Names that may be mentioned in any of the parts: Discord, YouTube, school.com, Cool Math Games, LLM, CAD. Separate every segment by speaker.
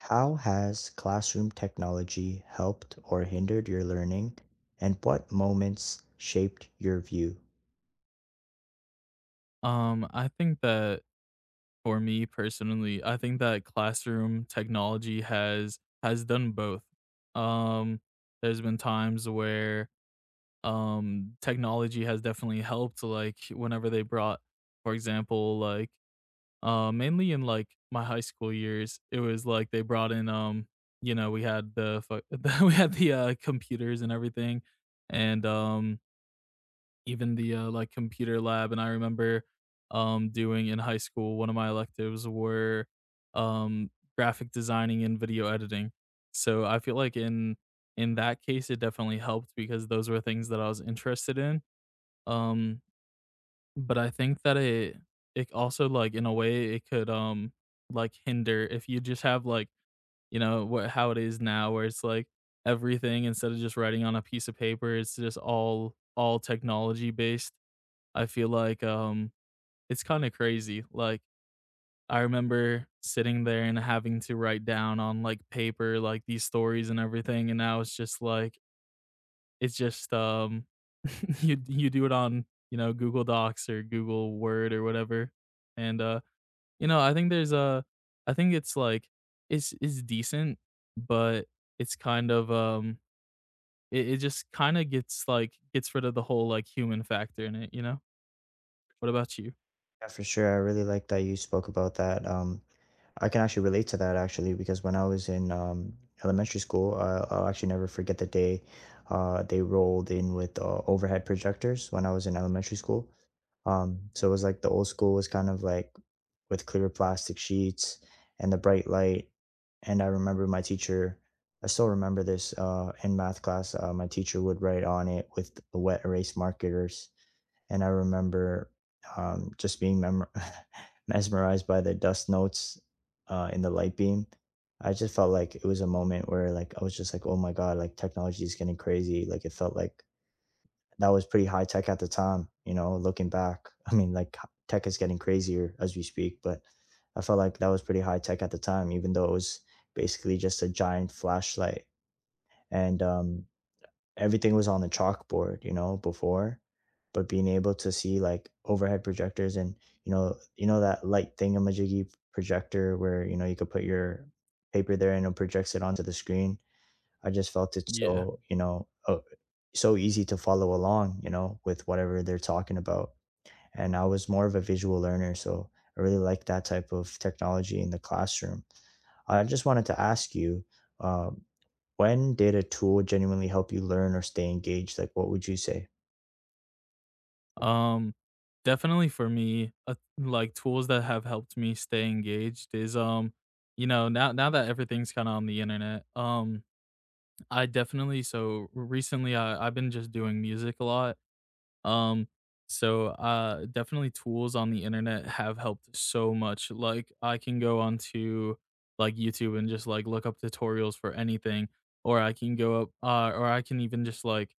Speaker 1: How has classroom technology helped or hindered your learning, and what moments shaped your view?
Speaker 2: I think that for me personally, I think that classroom technology has done both. Um, there's been times where technology has definitely helped, like whenever they brought, for example, like mainly in like my high school years, it was like they brought in you know, we had the we had the computers and everything. And even the, like, computer lab, and I remember, doing in high school, one of my electives were, um, graphic designing and video editing. So, I feel like in that case, it definitely helped because those were things that I was interested in, um, but I think that it also, like, in a way, it could, like, hinder if you just have, like, you know, what how it is now where it's, like, everything instead of just writing on a piece of paper, it's just all technology based. I feel like, it's kinda crazy, like, I remember sitting there and having to write down on, like, paper, like, these stories and everything, and now it's just like it's just, you do it on, you know, Google Docs or Google Word or whatever, and, you know, I think it's like it's decent, but it's kind of, it just kinda gets, like gets rid of the whole, like, human factor in it. What about you?
Speaker 1: Yeah, for sure. I really like that you spoke about that. I can actually relate to that actually because when I was in elementary school, I'll actually never forget the day they rolled in with overhead projectors when I was in elementary school. So it was like the old school was kind of like with clear plastic sheets and the bright light. And I remember my teacher, I still remember this in math class. My teacher would write on it with the wet erase markers. And I remember just mesmerized by the dust notes in the light beam. I just felt like it was a moment where like I was just like, oh my God, like technology is getting crazy. Like it felt like that was pretty high tech at the time, you know, looking back. I mean, like tech is getting crazier as we speak, but I felt like that was pretty high tech at the time, even though it was basically just a giant flashlight. And Everything was on the chalkboard, you know, before. But being able to see like overhead projectors and you know that light thingamajiggy projector where you know you could put your paper there and it projects it onto the screen. I just felt it's
Speaker 2: Yeah.
Speaker 1: so, you know, so easy to follow along, you know, with whatever they're talking about. And I was more of a visual learner, so I really like that type of technology in the classroom. I just wanted to ask you, um, when did a tool genuinely help you learn or stay engaged? Like, what would you say?
Speaker 2: Um, definitely for me, like tools that have helped me stay engaged is you know, now that everything's kind of on the internet, I definitely so recently I've been just doing music a lot. Um, so definitely tools on the internet have helped so much. Like I can go onto like YouTube and just like look up tutorials for anything, or I can go up, or I can even just like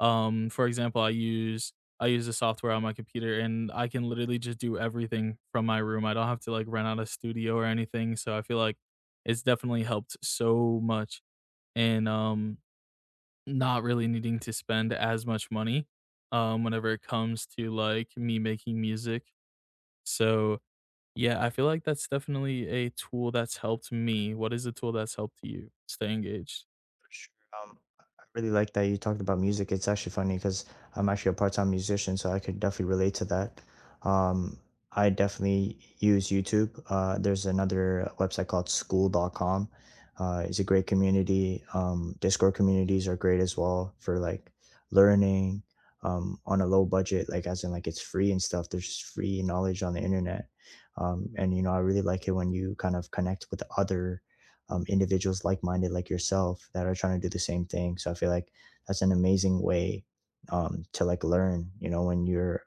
Speaker 2: um, for example, I use the software on my computer and I can literally just do everything from my room. I don't have to like rent out a studio or anything. So I feel like it's definitely helped so much and not really needing to spend as much money whenever it comes to like me making music. So yeah, I feel like that's definitely a tool that's helped me. What is a tool that's helped you stay engaged?
Speaker 1: Sure. I really like that you talked about music. It's actually funny because I'm actually a part-time musician, so I could definitely relate to that. Um, I definitely use YouTube. There's another website called school.com. It's a great community. Discord communities are great as well for like learning, on a low budget, like as in like it's free and stuff. There's just free knowledge on the internet. And you know, I really like it when you kind of connect with other, individuals like-minded like yourself that are trying to do the same thing. So I feel like that's an amazing way, to like learn, you know, when you're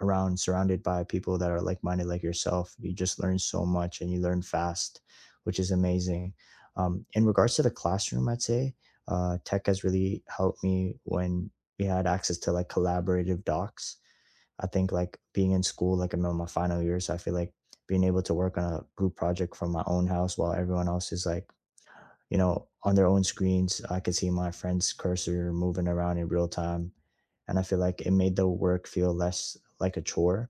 Speaker 1: around, surrounded by people that are like-minded like yourself. You just learn so much and you learn fast, which is amazing. In regards to the classroom, I'd say tech has really helped me when we had access to like collaborative docs. I think like being in school, like I'm in my final year, so I feel like being able to work on a group project from my own house while everyone else is like, you know, on their own screens. I could see my friend's cursor moving around in real time. And I feel like it made the work feel less like a chore.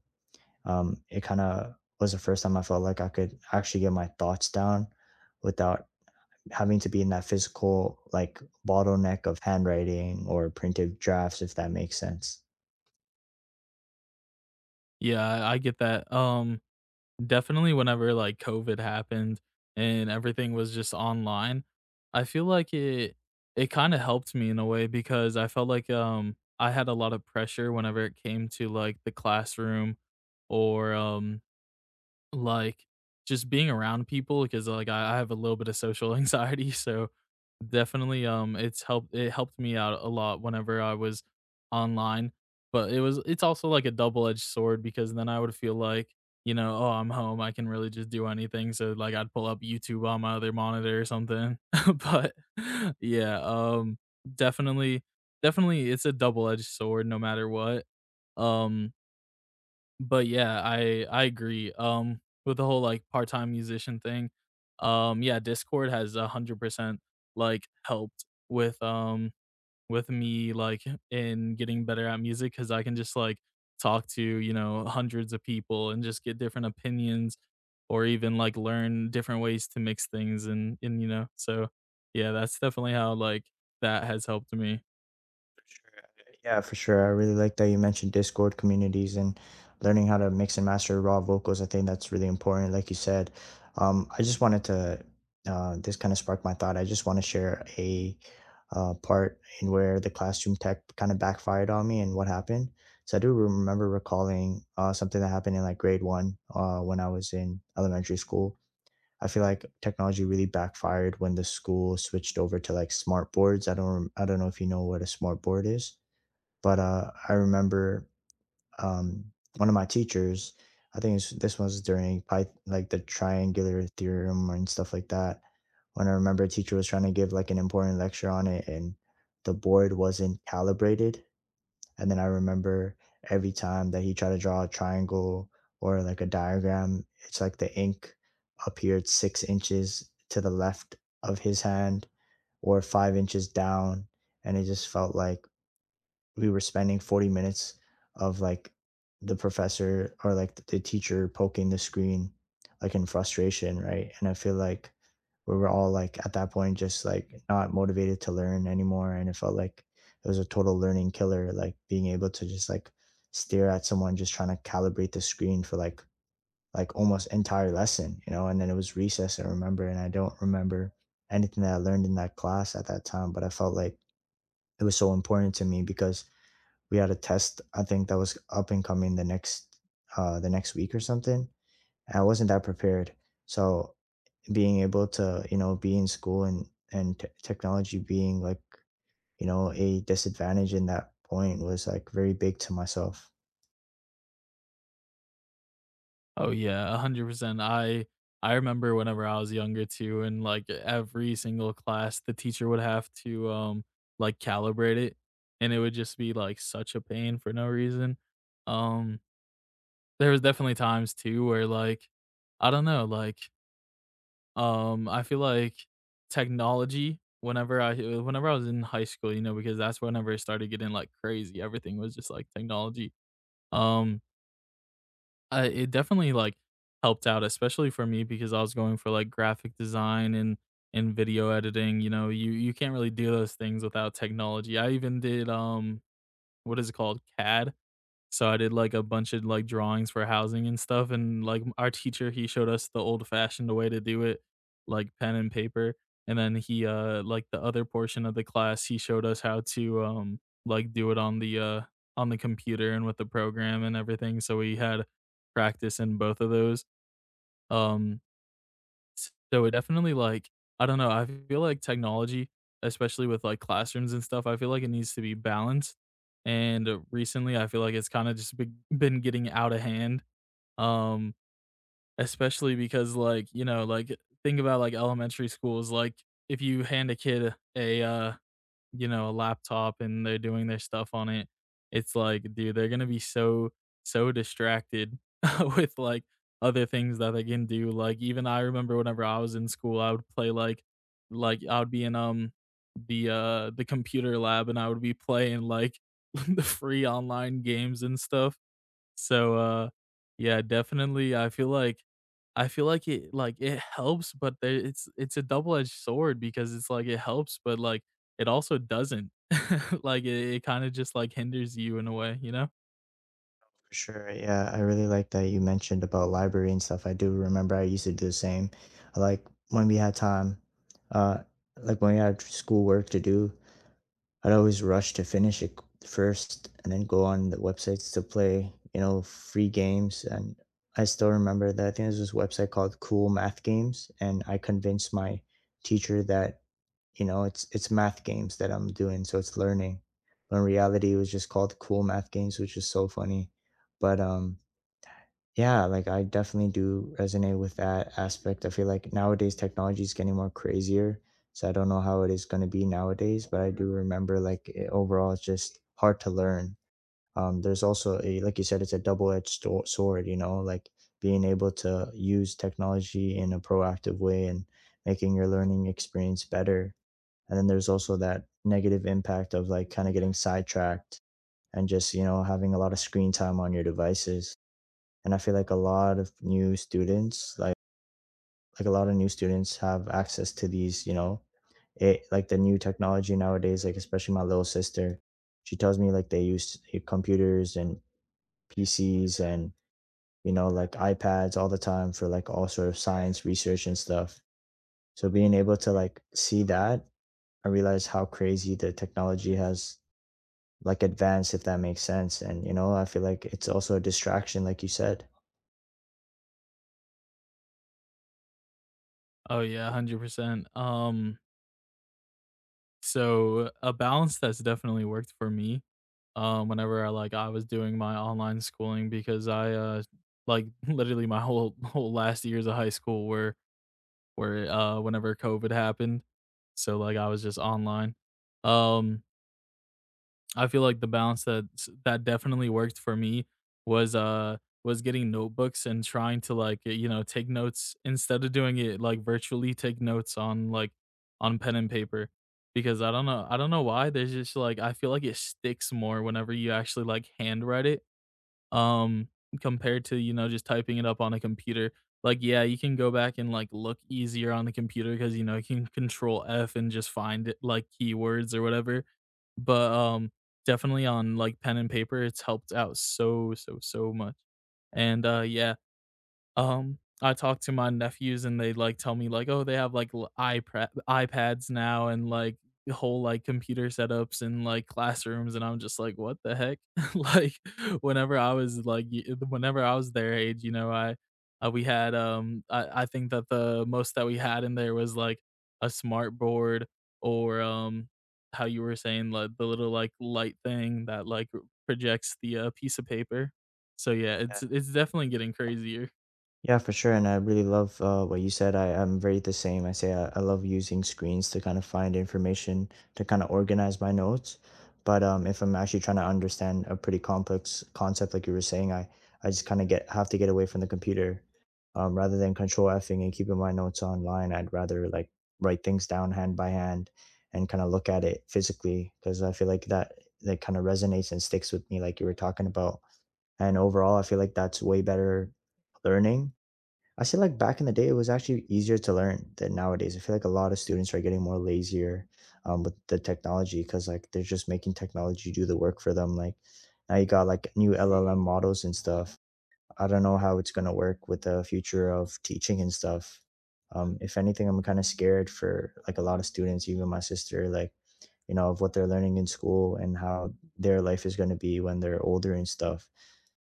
Speaker 1: It kind of was the first time I felt like I could actually get my thoughts down without having to be in that physical, like, bottleneck of handwriting or printed drafts, if that makes sense.
Speaker 2: Yeah, I get that. Definitely whenever, like, COVID happened and everything was just online, I feel like it kinda helped me in a way because I felt like, I had a lot of pressure whenever it came to, like, the classroom or, like, just being around people because like, I have a little bit of social anxiety, so definitely, it helped me out a lot whenever I was online, but it's also like a double-edged sword because then I would feel like, you know, "Oh, I'm home, I can really just do anything," so, like, I'd pull up YouTube on my other monitor or something, but yeah, definitely definitely it's a double-edged sword no matter what, um, but yeah, I agree, with the whole, like, part-time musician thing. Yeah, Discord has 100%, like, helped with me, like, in getting better at music because I can just, like, talk to, you know, hundreds of people and just get different opinions or even, like, learn different ways to mix things and, you know, so, yeah, that's definitely how, like, that has helped me.
Speaker 1: For sure. Yeah, for sure. I really like that you mentioned Discord communities and learning how to mix and master raw vocals. I think that's really important, like you said. I just wanted to, this kind of sparked my thought. I just want to share a part in where the classroom tech kind of backfired on me and what happened. So I do remember recalling something that happened in like grade one when I was in elementary school. I feel like technology really backfired when the school switched over to like smart boards. I don't know if you know what a smart board is, but I remember, um, one of my teachers. I think it's, this was during like the triangular theorem and stuff like that. When I remember a teacher was trying to give like an important lecture on it, and the board wasn't calibrated. And then I remember every time that he tried to draw a triangle or like a diagram, it's like the ink appeared 6 inches to the left of his hand or 5 inches down. And it just felt like we were spending 40 minutes of like the professor or like the teacher poking the screen like in frustration, right? And I feel like we were all like at that point just like not motivated to learn anymore, and it felt like it was a total learning killer. Like being able to just like stare at someone just trying to calibrate the screen for like almost entire lesson, you know. And then it was recess, I remember, and I don't remember anything that I learned in that class at that time. But I felt like it was so important to me because we had a test, I think, that was up and coming the next week or something. I wasn't that prepared. So being able to, you know, be in school and technology being like, you know, a disadvantage in that point was like very big to myself.
Speaker 2: Oh yeah, 100%. I remember whenever I was younger too, and like every single class, the teacher would have to like calibrate it, and it would just be like such a pain for no reason. Um, there was definitely times too where like I don't know, like I feel like technology whenever I was in high school, you know, because that's whenever it started getting like crazy. Everything was just like technology. Um it definitely, like, helped out, especially for me because I was going for, like, graphic design and video editing, you know, you can't really do those things without technology. I even did, what is it called? CAD. So I did like a bunch of like drawings for housing and stuff, and like our teacher, he showed us the old fashioned way to do it, like pen and paper. And then he like the other portion of the class, he showed us how to like do it on the computer and with the program and everything. So we had practice in both of those. Um so it definitely, like I don't know, I feel like technology, especially with, like, classrooms and stuff, I feel like it needs to be balanced, and, recently, I feel like it's kinda just been getting out of hand, um, especially because, like, you know, like, think about, like, elementary schools, like, if you hand a kid a, you know, a laptop and they're doing their stuff on it, it's like, dude, they're gonna be so, so distracted with like other things that they can do. Like even I remember whenever I was in school, I would play like I would be in the computer lab and I would be playing like the free online games and stuff so, yeah, definitely, I feel like it it helps, but there it's a double-edged sword because it's like it helps, but, like, it also doesn't. Like, it kinda just, like, hinders you in a way, you know?
Speaker 1: For sure. Yeah, I really like that you mentioned about library and stuff. I do remember I used to do the same, like when we had time, uh like when we had schoolwork to do, I'd always rush to finish it first and then go on the websites to play, you know, free games. And I still remember that I think there's this website called Cool Math Games, and I convinced my teacher that, you know, it's math games that I'm doing, so it's learning. But in reality, it was just called Cool Math Games, which is so funny. But yeah, like I definitely do resonate with that aspect. I feel like nowadays technology is getting more crazier. So I don't know how it is going to be nowadays, but I do remember like it, overall it's just hard to learn. There's also a, like you said, it's a double-edged sword, you know, like being able to use technology in a proactive way and making your learning experience better. And then there's also that negative impact of like kind of getting sidetracked and just, you know, having a lot of screen time on your devices. And I feel like a lot of new students like a lot of new students have access to these, you know, it like the new technology nowadays, like especially my little sister. She tells me like they use computers and PCs and, you know, like iPads all the time for like all sort of science research and stuff. So being able to like see that, I realize how crazy the technology has like advanced, if that makes sense. And you know, I feel like it's also a distraction, like you said.
Speaker 2: Oh, yeah, 100%. So a balance that's definitely worked for me, I was doing my online schooling because like, literally my whole last years of high school were where, whenever COVID happened. So, like, I was just online. Um, I feel like the balance that that definitely worked for me was, uh, was getting notebooks and trying to like, you know, take notes instead of doing it like virtually take notes on like on pen and paper because I don't know why. There's just like I feel like it sticks more whenever you actually like handwrite it um, compared to, you know, just typing it up on a computer. Like, yeah, you can go back and like look easier on the computer because you know you can control F and just find it like keywords or whatever. But definitely on like pen and paper, it's helped out so, so, so much. And yeah, I talk to my nephews and they, like, tell me, like, "Oh, they have, like, l iPra iPads now and, like, whole, like, computer setups and, like, classrooms," and I'm just like, "What the heck?" Like, whenever I was, like, y whenever I was their age, you know, I we had, I think that the most that we had in there was, like, a smart board or, how you were saying, like, the little, like, light thing that, like, projects the, piece of paper. So, yeah, it's definitely getting crazier.
Speaker 1: Yeah, for sure. And I really love what you said. I'm very the same. I say I love using screens to kind of find information, to kind of organize my notes. But if I'm actually trying to understand a pretty complex concept, like you were saying, I just kind of get have to get away from the computer, rather than control Fing and keeping my notes online. I'd rather like write things down hand by hand and kind of look at it physically because I feel like that kind of resonates and sticks with me, like you were talking about. And overall, I feel like that's way better learning. I feel like back in the day, it was actually easier to learn than nowadays. I feel like a lot of students are getting more lazier, with the technology because like they're just making technology do the work for them. Like now you got like new LLM models and stuff. I don't know how it's gonna work with the future of teaching and stuff. If anything, I'm kind of scared for like a lot of students, even my sister, like, you know, of what they're learning in school and how their life is gonna be when they're older and stuff.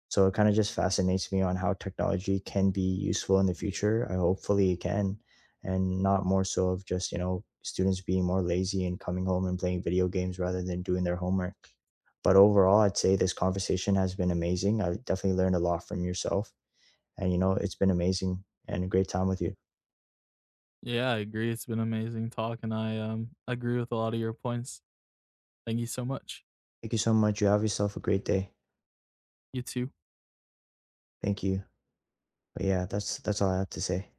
Speaker 1: So it kind of just fascinates me on how technology can be useful in the future. I hopefully it can, and not more so of just, you know, students being more lazy and coming home and playing video games rather than doing their homework. But overall, I'd say this conversation has been amazing. I definitely learned a lot from yourself. And, you know, it's been amazing and a great time with you.
Speaker 2: Yeah, I agree. It's been amazing talk, and I agree with a lot of your points. Thank you so much.
Speaker 1: Thank you so much. You have yourself a great day.
Speaker 2: You too.
Speaker 1: Thank you. But yeah, that's all I have to say.